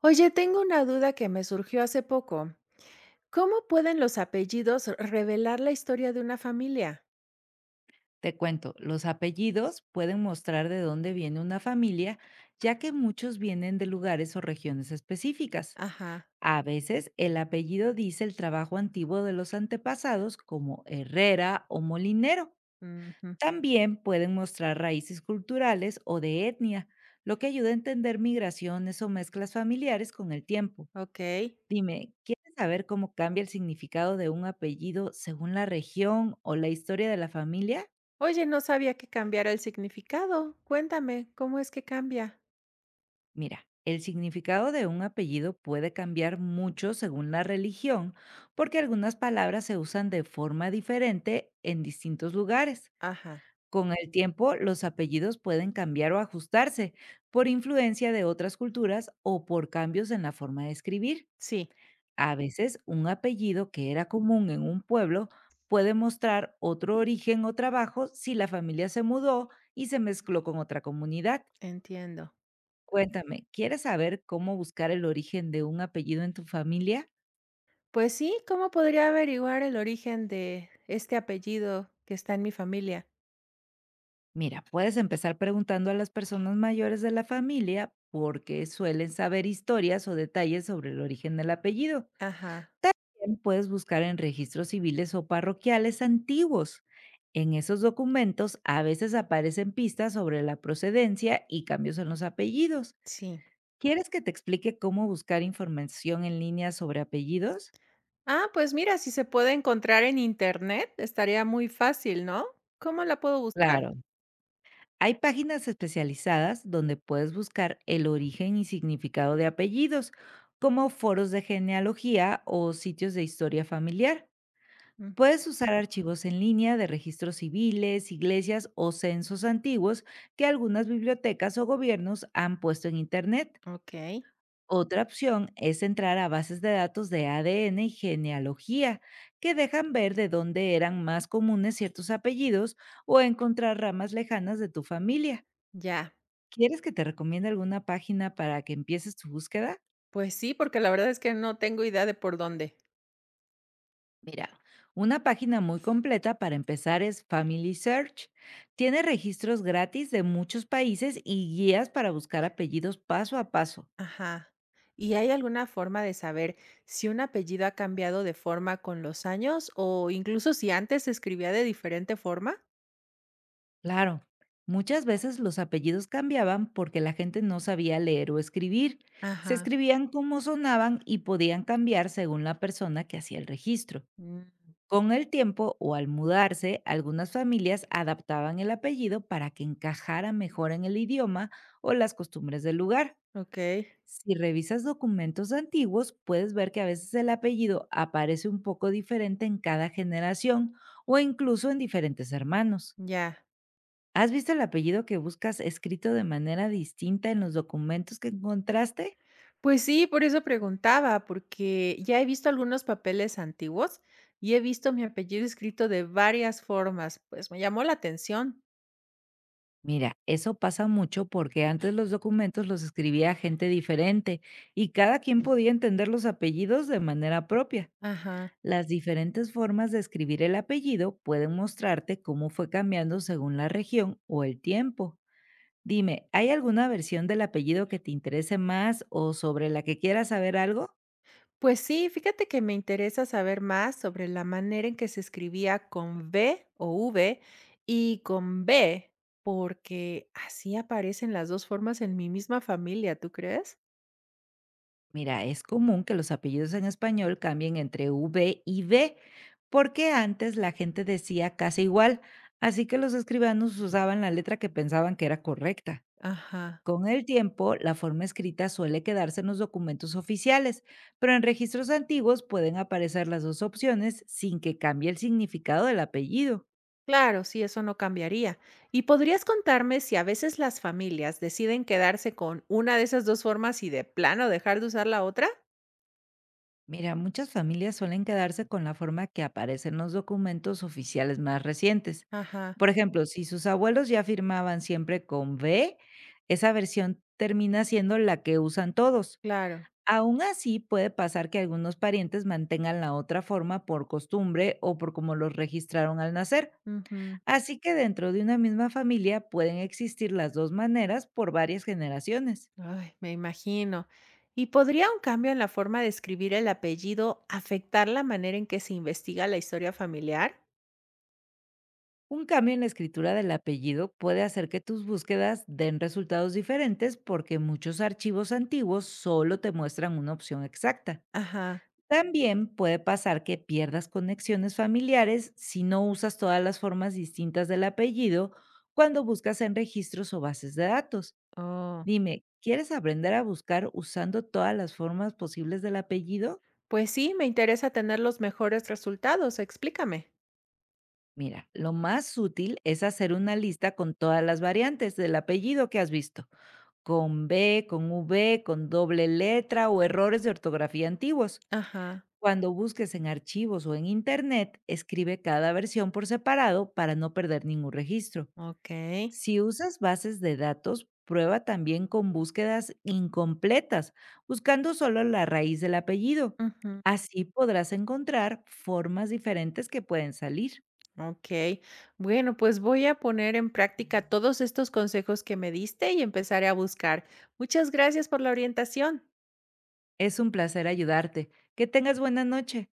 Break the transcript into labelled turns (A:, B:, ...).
A: Oye, tengo una duda que me surgió hace poco. ¿Cómo pueden los apellidos revelar la historia de una familia?
B: Te cuento, los apellidos pueden mostrar de dónde viene una familia, ya que muchos vienen de lugares o regiones específicas.
A: Ajá.
B: A veces el apellido dice el trabajo antiguo de los antepasados, como herrera o molinero.
A: Ujú.
B: También pueden mostrar raíces culturales o de etnia, lo que ayuda a entender migraciones o mezclas familiares con el tiempo.
A: Ok.
B: Dime, ¿quieres saber cómo cambia el significado de un apellido según la región o la historia de la familia?
A: Oye, no sabía que cambiara el significado. Cuéntame, ¿cómo es que cambia?
B: Mira, el significado de un apellido puede cambiar mucho según la religión, porque algunas palabras se usan de forma diferente en distintos lugares.
A: Ajá.
B: Con el tiempo, los apellidos pueden cambiar o ajustarse por influencia de otras culturas o por cambios en la forma de escribir.
A: Sí,
B: A veces, un apellido que era común en un pueblo puede mostrar otro origen o trabajo si la familia se mudó y se mezcló con otra comunidad.
A: entiendo.
B: Cuéntame, ¿quieres saber cómo buscar el origen de un apellido en tu familia?
A: Pues sí, ¿cómo podría averiguar el origen de este apellido que está en mi familia?
B: Mira, puedes empezar preguntando a las personas mayores de la familia porque suelen saber historias o detalles sobre el origen del apellido.
A: Ajá.
B: También puedes buscar en registros civiles o parroquiales antiguos. En esos documentos a veces aparecen pistas sobre la procedencia y cambios en los apellidos.
A: Sí.
B: ¿Quieres que te explique cómo buscar información en línea sobre apellidos?
A: Ah, pues mira, si se puede encontrar en internet, estaría muy fácil, ¿no? ¿Cómo la puedo buscar?
B: Claro, hay páginas especializadas donde puedes buscar el origen y significado de apellidos, como foros de genealogía o sitios de historia familiar. Puedes usar archivos en línea de registros civiles, iglesias o censos antiguos que algunas bibliotecas o gobiernos han puesto en Internet.
A: Okey,
B: Otra opción es entrar a bases de datos de ADN y genealogía, que dejan ver de dónde eran más comunes ciertos apellidos o encontrar ramas lejanas de tu familia.
A: ya.
B: ¿Quieres que te recomiende alguna página para que empieces tu búsqueda?
A: Pues sí, porque la verdad es que no tengo idea de por dónde.
B: Mira, una página muy completa para empezar es Family Search. Tiene registros gratis de muchos países y guías para buscar apellidos paso a paso.
A: Ajá. ¿Y hay alguna forma de saber si un apellido ha cambiado de forma con los años o incluso si antes se escribía de diferente forma?
B: Claro, muchas veces los apellidos cambiaban porque la gente no sabía leer o escribir. Se
A: Ajá.
B: escribían como sonaban y podían cambiar según la persona que hacía el registro.
A: Mm,
B: Con el tiempo o al mudarse, algunas familias adaptaban el apellido para que encajara mejor en el idioma o las costumbres del lugar.
A: okey,
B: Si revisas documentos antiguos, puedes ver que a veces el apellido aparece un poco diferente en cada generación o incluso en diferentes hermanos.
A: ya.
B: ¿Has visto el apellido que buscas escrito de manera distinta en los documentos que encontraste?
A: Pues sí, por eso preguntaba, porque ya he visto algunos papeles antiguos y he visto mi apellido escrito de varias formas, pues me llamó la atención.
B: Mira, eso pasa mucho porque antes los documentos los escribía gente diferente y cada quien podía entender los apellidos de manera propia.
A: Ajá.
B: Las diferentes formas de escribir el apellido pueden mostrarte cómo fue cambiando según la región o el tiempo. Dime, ¿hay alguna versión del apellido que te interese más o sobre la que quieras saber algo?
A: Pues sí, fíjate que me interesa saber más sobre la manera en que se escribía con B o V y con B, porque así aparecen las dos formas en mi misma familia, ¿tú crees?
B: Mira, es común que los apellidos en español cambien entre V y B, porque antes la gente decía casi igual, así que los escribanos usaban la letra que pensaban que era correcta.
A: Ajá.
B: Con el tiempo, la forma escrita suele quedarse en los documentos oficiales, pero en registros antiguos pueden aparecer las dos opciones sin que cambie el significado del apellido.
A: Claro, sí, eso no cambiaría. ¿Y podrías contarme si a veces las familias deciden quedarse con una de esas dos formas y de plano dejar de usar la otra?
B: Mira, muchas familias suelen quedarse con la forma que aparece en los documentos oficiales más recientes.
A: Ajá,
B: Por ejemplo, si sus abuelos ya firmaban siempre con B, esa versión termina siendo la que usan todos.
A: claro.
B: Aún así, puede pasar que algunos parientes mantengan la otra forma por costumbre o por cómo los registraron al nacer.
A: Ujú.
B: Así que dentro de una misma familia pueden existir las dos maneras por varias generaciones.
A: Ay, me imagino. ¿Y podría un cambio en la forma de escribir el apellido afectar la manera en que se investiga la historia familiar?
B: Un cambio en la escritura del apellido puede hacer que tus búsquedas den resultados diferentes porque muchos archivos antiguos solo te muestran una opción exacta.
A: Ajá.
B: También puede pasar que pierdas conexiones familiares si no usas todas las formas distintas del apellido cuando buscas en registros o bases de datos.
A: Oh.
B: Dime, ¿quieres aprender a buscar usando todas las formas posibles del apellido?
A: Pues sí, me interesa tener los mejores resultados. Explícame.
B: Mira, lo más útil es hacer una lista con todas las variantes del apellido que has visto, con B, con V, con doble letra o errores de ortografía antiguos.
A: Ajá.
B: Cuando busques en archivos o en Internet, escribe cada versión por separado para no perder ningún registro.
A: Ok.
B: Si usas bases de datos, prueba también con búsquedas incompletas, buscando solo la raíz del apellido.
A: Ujú.
B: Así podrás encontrar formas diferentes que pueden salir.
A: Ok. Bueno, pues voy a poner en práctica todos estos consejos que me diste y empezaré a buscar. Muchas gracias por la orientación.
B: Es un placer ayudarte. Que tengas buena noche.